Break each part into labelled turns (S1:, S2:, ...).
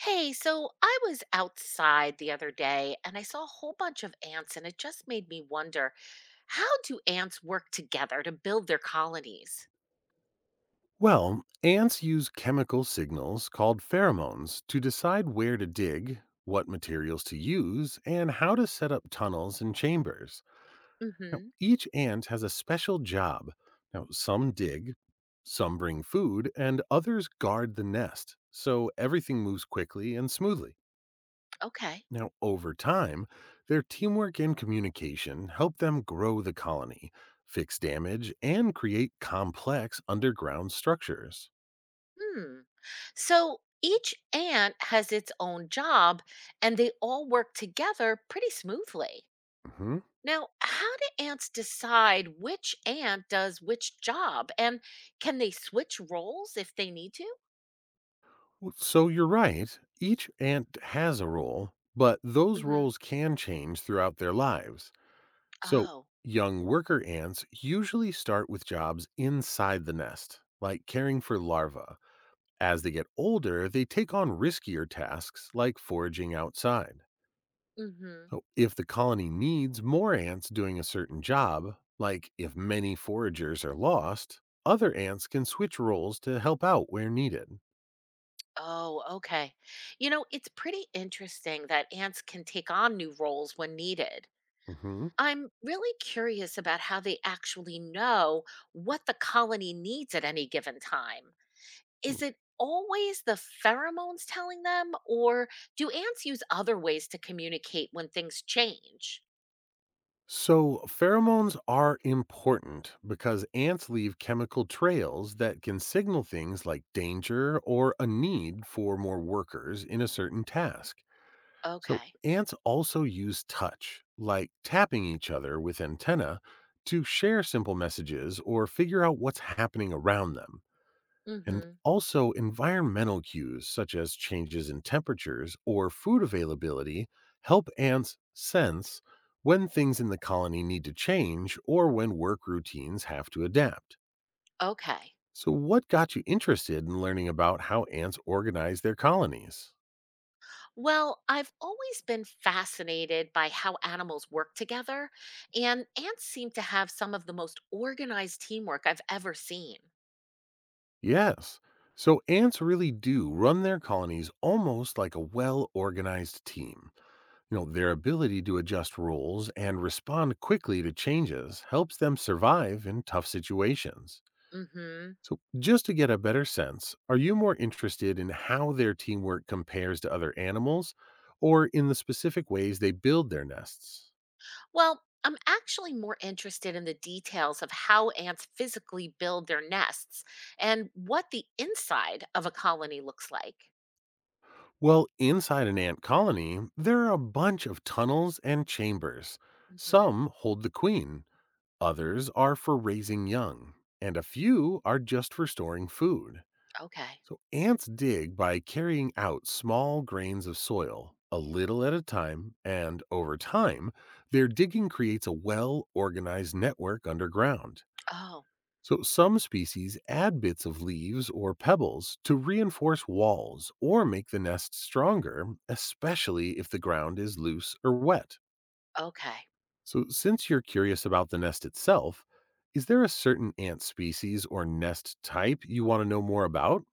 S1: Hey, so I was outside the other day and I saw a whole bunch of ants, and it just made me wonder, how do ants work together to build their colonies?
S2: Well, ants use chemical signals called pheromones to decide where to dig, what materials to use, and how to set up tunnels and chambers. Now,
S1: Mm-hmm.
S2: each ant has a special job. Now, some dig, some bring food, and others guard the nest, so everything moves quickly and smoothly.
S1: Okay.
S2: Now, over time, their teamwork and communication help them grow the colony, fix damage, and create complex underground structures.
S1: Hmm. So each ant has its own job and they all work together pretty smoothly.
S2: Mhm.
S1: Now, how do ants decide which ant does which job? And can they switch roles if they need to?
S2: Well, so you're right. Each ant has a role, but those
S1: Mm-hmm.
S2: roles can change throughout their lives. So,
S1: Oh.
S2: young worker ants usually start with jobs inside the nest, like caring for larvae. As they get older, they take on riskier tasks like foraging outside.
S1: Mm-hmm.
S2: So, if the colony needs more ants doing a certain job, like if many foragers are lost, other ants can switch roles to help out where needed.
S1: Oh, okay. You know, it's pretty interesting that ants can take on new roles when needed.
S2: Hmm.
S1: I'm really curious about how they actually know what the colony needs at any given time. Is it always the pheromones telling them, or do ants use other ways to communicate when things change?
S2: So, pheromones are important because ants leave chemical trails that can signal things like danger or a need for more workers in a certain task. So,
S1: Okay.
S2: ants also use touch, like tapping each other with antennae, to share simple messages or figure out what's happening around them.
S1: Mm
S2: And
S1: hmm.
S2: also, environmental cues such as changes in temperatures or food availability help ants sense when things in the colony need to change or when work routines have to adapt.
S1: Okay.
S2: So, what got you interested in learning about how ants organize their colonies?
S1: Well, I've always been fascinated by how animals work together, and ants seem to have some of the most organized teamwork I've ever seen.
S2: Yes. So, ants really do run their colonies almost like a well organized team. You know, their ability to adjust rules and respond quickly to changes helps them survive in tough situations.
S1: Hmm.
S2: So, just to get a better sense, are you more interested in how their teamwork compares to other animals or in the specific ways they build their nests?
S1: Well, I'm actually more interested in the details of how ants physically build their nests and what the inside of a colony looks like.
S2: Well, inside an ant colony, there are a bunch of tunnels and chambers.
S1: Hmm.
S2: Some hold the queen, others are for raising young, and a few are just for storing food.
S1: Okay.
S2: So ants dig by carrying out small grains of soil a little at a time, and over time, their digging creates a well organized network underground.
S1: Oh,
S2: So some species add bits of leaves or pebbles to reinforce walls or make the nest stronger, especially if the ground is loose or wet.
S1: okay.
S2: So since you're curious about the nest itself, is there a certain ant species or nest type you want to know more about?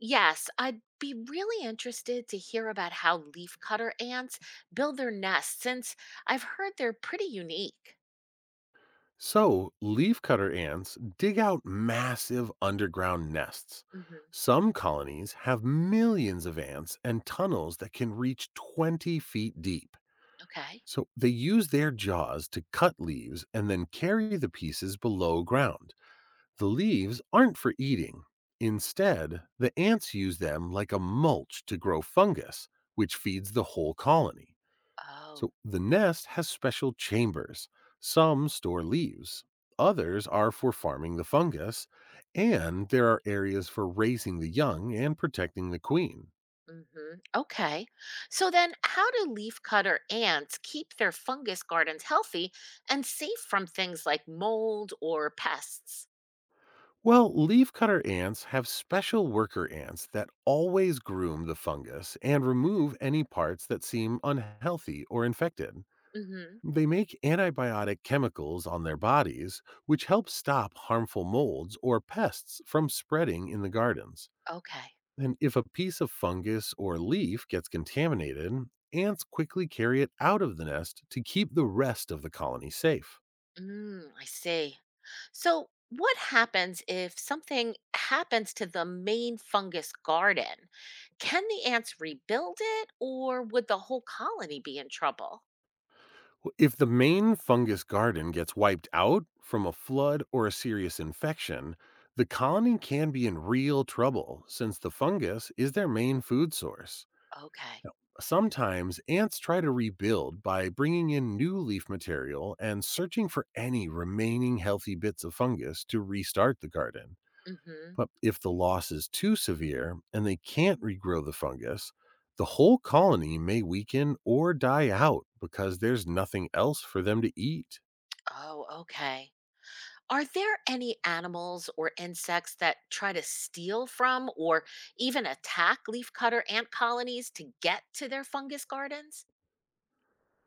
S1: Yes, I'd be really interested to hear about how leafcutter ants build their nests, since I've heard they're pretty unique.
S2: So, leafcutter ants dig out massive underground nests.
S1: Mhm.
S2: Some colonies have millions of ants and tunnels that can reach 20 feet deep.
S1: Okay.
S2: So, they use their jaws to cut leaves and then carry the pieces below ground. The leaves aren't for eating. Instead, the ants use them like a mulch to grow fungus, which feeds the whole colony.
S1: Oh.
S2: So the nest has special chambers. Some store leaves, others are for farming the fungus, and there are areas for raising the young and protecting the queen.
S1: Mhm. Okay. So then how do leafcutter ants keep their fungus gardens healthy and safe from things like mold or pests?
S2: Well, leafcutter ants have special worker ants that always groom the fungus and remove any parts that seem unhealthy or infected.
S1: Mhm.
S2: They make antibiotic chemicals on their bodies, which help stop harmful molds or pests from spreading in the gardens.
S1: Okay.
S2: And if a piece of fungus or leaf gets contaminated, ants quickly carry it out of the nest to keep the rest of the colony safe.
S1: Mm, I see. So, what happens if something happens to the main fungus garden? Can the ants rebuild it, or would the whole colony be in trouble?
S2: If the main fungus garden gets wiped out from a flood or a serious infection, the colony can be in real trouble since the fungus is their main food source.
S1: Okay.
S2: Sometimes ants try to rebuild by bringing in new leaf material and searching for any remaining healthy bits of fungus to restart the garden.
S1: Mm-hmm.
S2: But if the loss is too severe and they can't regrow the fungus, the whole colony may weaken or die out because there's nothing else for them to eat.
S1: Oh, okay. Are there any animals or insects that try to steal from or even attack leafcutter ant colonies to get to their fungus gardens?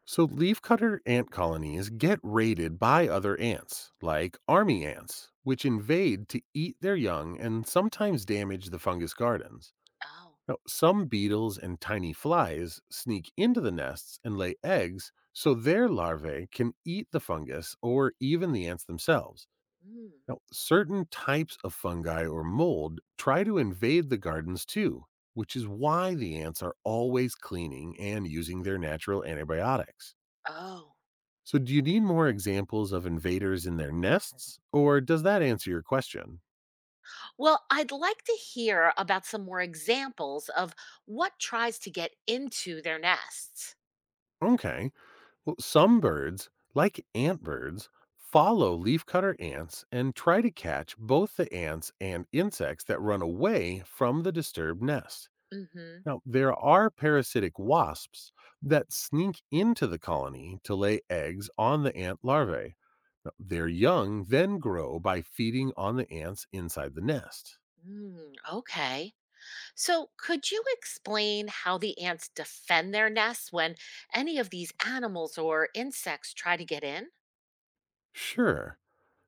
S2: So, leafcutter ant colonies get raided by other ants, like army ants, which invade to eat their young and sometimes damage the fungus gardens.
S1: Oh.
S2: Now, some beetles and tiny flies sneak into the nests and lay eggs so their larvae can eat the fungus or even the ants themselves.
S1: Mm.
S2: Now, certain types of fungi or mold try to invade the gardens too, which is why the ants are always cleaning and using their natural antibiotics.
S1: Oh.
S2: So, do you need more examples of invaders in their nests, or does that answer your question?
S1: Well, I'd like to hear about some more examples of what tries to get into their nests.
S2: Okay, well, some birds, like antbirds, follow leafcutter ants and try to catch both the ants and insects that run away from the disturbed nest.
S1: Mhm.
S2: Now, there are parasitic wasps that sneak into the colony to lay eggs on the ant larvae. Now, their young then grow by feeding on the ants inside the nest.
S1: Mm, okay. So, could you explain how the ants defend their nests when any of these animals or insects try to get in?
S2: Sure.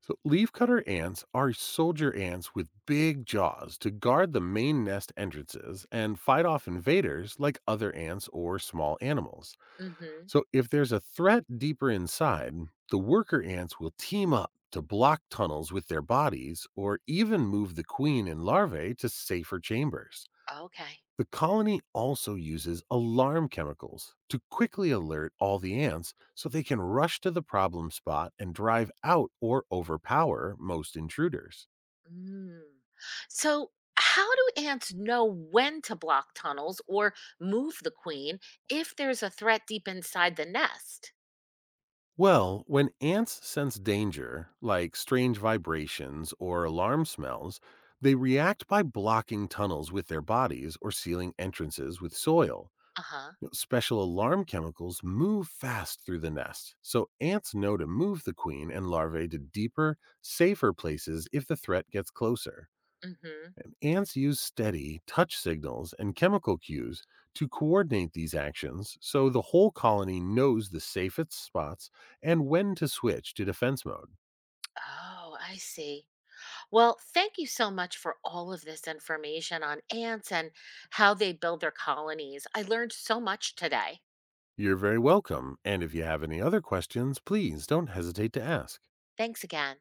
S2: So, leafcutter ants are soldier ants with big jaws to guard the main nest entrances and fight off invaders like other ants or small animals.
S1: Mhm.
S2: So, if there's a threat deeper inside, the worker ants will team up to block tunnels with their bodies or even move the queen and larvae to safer chambers.
S1: Okay.
S2: The colony also uses alarm chemicals to quickly alert all the ants so they can rush to the problem spot and drive out or overpower most intruders.
S1: Mm. So, how do ants know when to block tunnels or move the queen if there's a threat deep inside the nest?
S2: Well, when ants sense danger, like strange vibrations or alarm smells, they react by blocking tunnels with their bodies or sealing entrances with soil.
S1: Uh huh.
S2: Special alarm chemicals move fast through the nest, so ants know to move the queen and larvae to deeper, safer places if the threat gets closer.
S1: Mm hmm.
S2: Ants use steady touch signals and chemical cues to coordinate these actions so the whole colony knows the safest spots and when to switch to defense mode.
S1: Oh, I see. Well, thank you so much for all of this information on ants and how they build their colonies. I learned so much today.
S2: You're very welcome, and if you have any other questions, please don't hesitate to ask.
S1: Thanks again.